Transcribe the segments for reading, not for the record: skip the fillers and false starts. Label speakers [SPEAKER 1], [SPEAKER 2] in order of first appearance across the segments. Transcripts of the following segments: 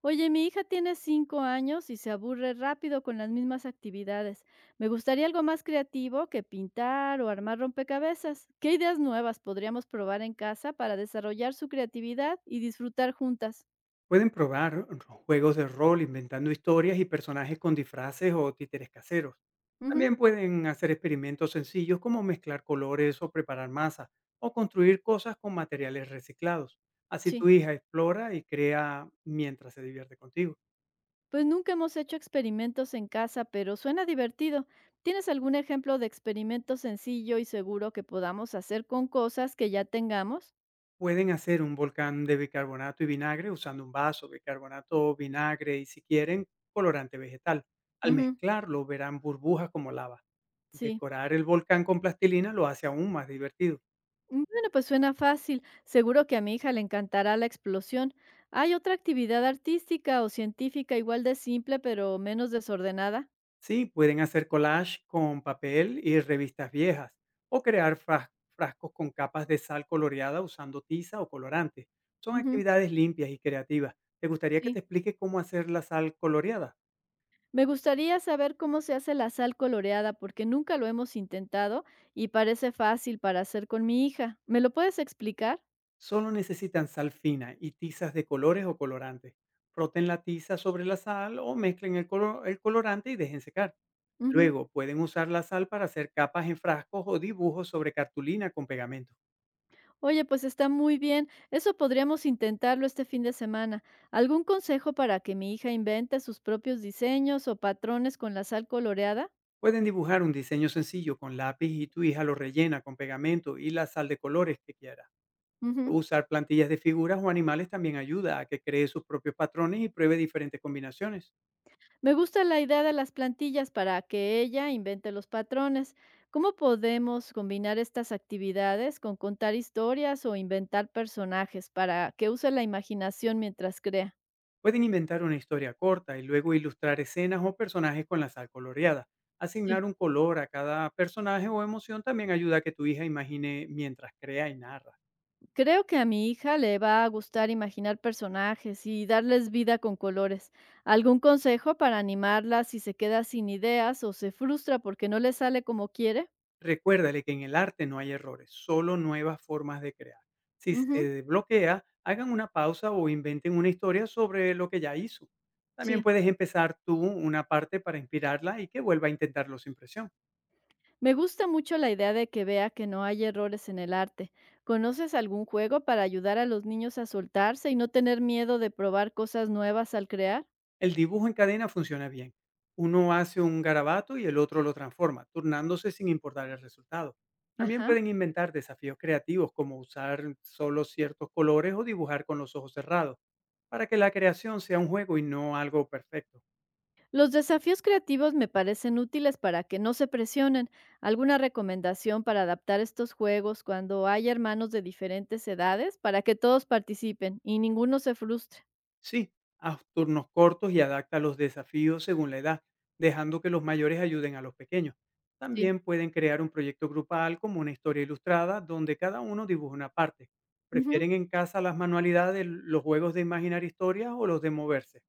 [SPEAKER 1] Oye, mi hija tiene 5 años y se aburre rápido con las mismas actividades. Me gustaría algo más creativo que pintar o armar rompecabezas. ¿Qué ideas nuevas podríamos probar en casa para desarrollar su creatividad y disfrutar juntas?
[SPEAKER 2] Pueden probar juegos de rol inventando historias y personajes con disfraces o títeres caseros.
[SPEAKER 1] Ujú,
[SPEAKER 2] También pueden hacer experimentos sencillos como mezclar colores o preparar masa o construir cosas con materiales reciclados. Así tu
[SPEAKER 1] sí.
[SPEAKER 2] hija explora y crea mientras se divierte contigo.
[SPEAKER 1] Pues nunca hemos hecho experimentos en casa, pero suena divertido. ¿Tienes algún ejemplo de experimento sencillo y seguro que podamos hacer con cosas que ya tengamos?
[SPEAKER 2] Pueden hacer un volcán de bicarbonato y vinagre usando un vaso, bicarbonato, vinagre y si quieren, colorante vegetal. Al
[SPEAKER 1] Ujú,
[SPEAKER 2] mezclarlo verán burbujas como lava.
[SPEAKER 1] sí.
[SPEAKER 2] Decorar el volcán con plastilina lo hace aún más divertido.
[SPEAKER 1] Bueno, pues suena fácil. Seguro que a mi hija le encantará la explosión. ¿Hay otra actividad artística o científica igual de simple pero menos desordenada?
[SPEAKER 2] Sí, pueden hacer collage con papel y revistas viejas o crear frascos con capas de sal coloreada usando tiza o colorante. Son
[SPEAKER 1] Ujú,
[SPEAKER 2] actividades limpias y creativas. ¿Te gustaría que
[SPEAKER 1] sí.
[SPEAKER 2] te explique cómo hacer la sal coloreada?
[SPEAKER 1] Me gustaría saber cómo se hace la sal coloreada porque nunca lo hemos intentado y parece fácil para hacer con mi hija. ¿Me lo puedes explicar?
[SPEAKER 2] Solo necesitan sal fina y tizas de colores o colorantes. Froten la tiza sobre la sal o mezclen el colorante y dejen secar.
[SPEAKER 1] Ujú.
[SPEAKER 2] Luego pueden usar la sal para hacer capas en frascos o dibujos sobre cartulina con pegamento.
[SPEAKER 1] Oye, pues está muy bien. Eso podríamos intentarlo este fin de semana. ¿Algún consejo para que mi hija invente sus propios diseños o patrones con la sal coloreada?
[SPEAKER 2] Pueden dibujar un diseño sencillo con lápiz y tu hija lo rellena con pegamento y la sal de colores que quiera.
[SPEAKER 1] Ujú.
[SPEAKER 2] Usar plantillas de figuras o animales también ayuda a que cree sus propios patrones y pruebe diferentes combinaciones.
[SPEAKER 1] Me gusta la idea de las plantillas para que ella invente los patrones. ¿Cómo podemos combinar estas actividades con contar historias o inventar personajes para que use la imaginación mientras crea?
[SPEAKER 2] Pueden inventar una historia corta y luego ilustrar escenas o personajes con la sal coloreada. Asignar
[SPEAKER 1] Sí,
[SPEAKER 2] un color a cada personaje o emoción también ayuda a que tu hija imagine mientras crea y narra.
[SPEAKER 1] creo que a mi hija le va a gustar imaginar personajes y darles vida con colores. ¿Algún consejo para animarla si se queda sin ideas o se frustra porque no le sale como quiere?
[SPEAKER 2] Recuérdale que en el arte no hay errores, solo nuevas formas de crear. Si
[SPEAKER 1] Ujú,
[SPEAKER 2] se bloquea, hagan una pausa o inventen una historia sobre lo que ya hizo. También
[SPEAKER 1] sí.
[SPEAKER 2] puedes empezar tú una parte para inspirarla y que vuelva a intentarlo sin presión.
[SPEAKER 1] Me gusta mucho la idea de que vea que no hay errores en el arte. ¿Conoces algún juego para ayudar a los niños a soltarse y no tener miedo de probar cosas nuevas al crear?
[SPEAKER 2] El dibujo en cadena funciona bien. Uno hace un garabato y el otro lo transforma, turnándose sin importar el resultado. También
[SPEAKER 1] Ajá.
[SPEAKER 2] pueden inventar desafíos creativos como usar solo ciertos colores o dibujar con los ojos cerrados, para que la creación sea un juego y no algo perfecto.
[SPEAKER 1] Los desafíos creativos me parecen útiles para que no se presionen. ¿Alguna recomendación para adaptar estos juegos cuando hay hermanos de diferentes edades para que todos participen y ninguno se frustre?
[SPEAKER 2] Sí, haz turnos cortos y adapta los desafíos según la edad, dejando que los mayores ayuden a los pequeños.
[SPEAKER 1] Sí.
[SPEAKER 2] También pueden crear un proyecto grupal como una historia ilustrada donde cada uno dibuja una parte.
[SPEAKER 1] Ujú.
[SPEAKER 2] ¿Prefieren en casa las manualidades, los juegos de imaginar historias o los de moverse?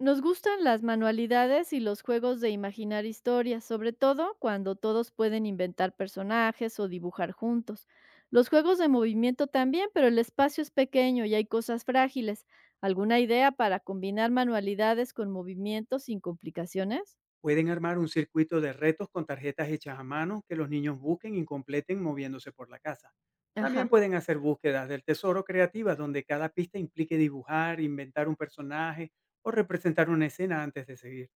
[SPEAKER 1] Nos gustan las manualidades y los juegos de imaginar historias, sobre todo cuando todos pueden inventar personajes o dibujar juntos. Los juegos de movimiento también, pero el espacio es pequeño y hay cosas frágiles. ¿Alguna idea para combinar manualidades con movimiento sin complicaciones?
[SPEAKER 2] Pueden armar un circuito de retos con tarjetas hechas a mano que los niños busquen y completen moviéndose por la casa. También
[SPEAKER 1] Ajá.
[SPEAKER 2] pueden hacer búsquedas del tesoro creativas donde cada pista implique dibujar, inventar un personaje o representar una escena antes de seguir.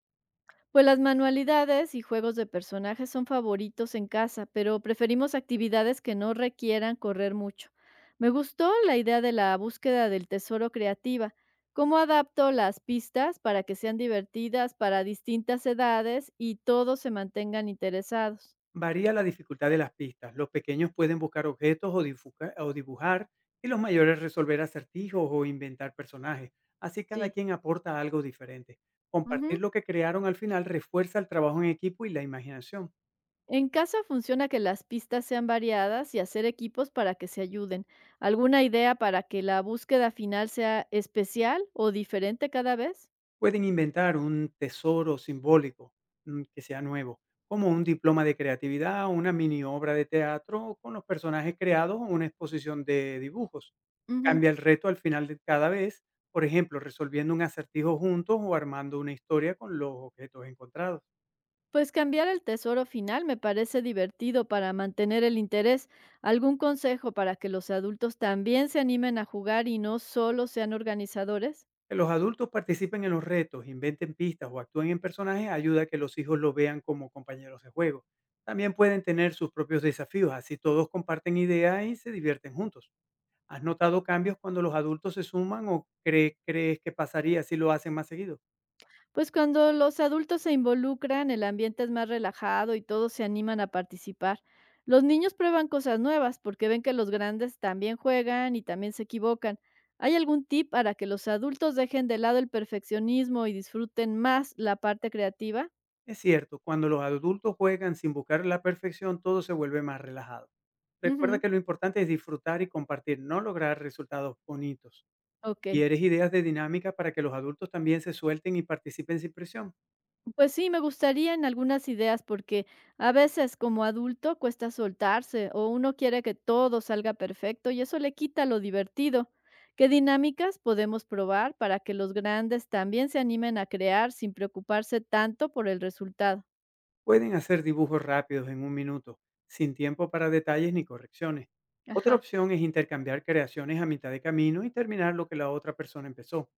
[SPEAKER 1] Pues las manualidades y juegos de personajes son favoritos en casa, pero preferimos actividades que no requieran correr mucho. Me gustó la idea de la búsqueda del tesoro creativa. ¿Cómo adapto las pistas para que sean divertidas para distintas edades y todos se mantengan interesados?
[SPEAKER 2] Varía la dificultad de las pistas. Los pequeños pueden buscar objetos o, o dibujar y los mayores resolver acertijos o inventar personajes. Así cada
[SPEAKER 1] Sí.
[SPEAKER 2] quien aporta algo diferente. Compartir
[SPEAKER 1] Ujú.
[SPEAKER 2] lo que crearon al final refuerza el trabajo en equipo y la imaginación.
[SPEAKER 1] En casa funciona que las pistas sean variadas y hacer equipos para que se ayuden. ¿Alguna idea para que la búsqueda final sea especial o diferente cada vez?
[SPEAKER 2] Pueden inventar un tesoro simbólico, que sea nuevo, como un diploma de creatividad, una mini obra de teatro con los personajes creados o una exposición de dibujos.
[SPEAKER 1] Ujú.
[SPEAKER 2] Cambia el reto al final de cada vez, por ejemplo, resolviendo un acertijo juntos o armando una historia con los objetos encontrados.
[SPEAKER 1] Pues cambiar el tesoro final me parece divertido para mantener el interés. ¿Algún consejo para que los adultos también se animen a jugar y no solo sean organizadores?
[SPEAKER 2] Que los adultos participen en los retos, inventen pistas o actúen en personajes ayuda a que los hijos lo vean como compañeros de juego. También pueden tener sus propios desafíos, así todos comparten ideas y se divierten juntos. ¿Has notado cambios cuando los adultos se suman o crees que pasaría si lo hacen más seguido?
[SPEAKER 1] Pues cuando los adultos se involucran, el ambiente es más relajado y todos se animan a participar. Los niños prueban cosas nuevas porque ven que los grandes también juegan y también se equivocan. ¿Hay algún tip para que los adultos dejen de lado el perfeccionismo y disfruten más la parte creativa?
[SPEAKER 2] Es cierto, cuando los adultos juegan sin buscar la perfección, todo se vuelve más relajado. Recuerda
[SPEAKER 1] Ujú.
[SPEAKER 2] que lo importante es disfrutar y compartir, no lograr resultados bonitos.
[SPEAKER 1] Ok.
[SPEAKER 2] ¿Quieres ideas de dinámica para que los adultos también se suelten y participen sin presión?
[SPEAKER 1] Pues sí, me gustarían algunas ideas porque a veces como adulto cuesta soltarse o uno quiere que todo salga perfecto y eso le quita lo divertido. ¿Qué dinámicas podemos probar para que los grandes también se animen a crear sin preocuparse tanto por el resultado?
[SPEAKER 2] Pueden hacer dibujos rápidos en un minuto, sin tiempo para detalles ni correcciones. Otra
[SPEAKER 1] Ajá,
[SPEAKER 2] opción es intercambiar creaciones a mitad de camino y terminar lo que la otra persona empezó.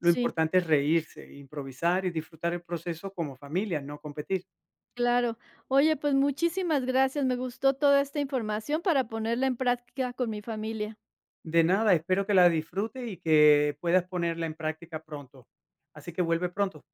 [SPEAKER 2] Lo
[SPEAKER 1] sí,
[SPEAKER 2] importante es reírse, improvisar y disfrutar el proceso como familia, no competir.
[SPEAKER 1] claro. Oye, pues muchísimas gracias. Me gustó toda esta información para ponerla en práctica con mi familia.
[SPEAKER 2] De nada, espero que la disfrute y que puedas ponerla en práctica pronto. Así que vuelve pronto.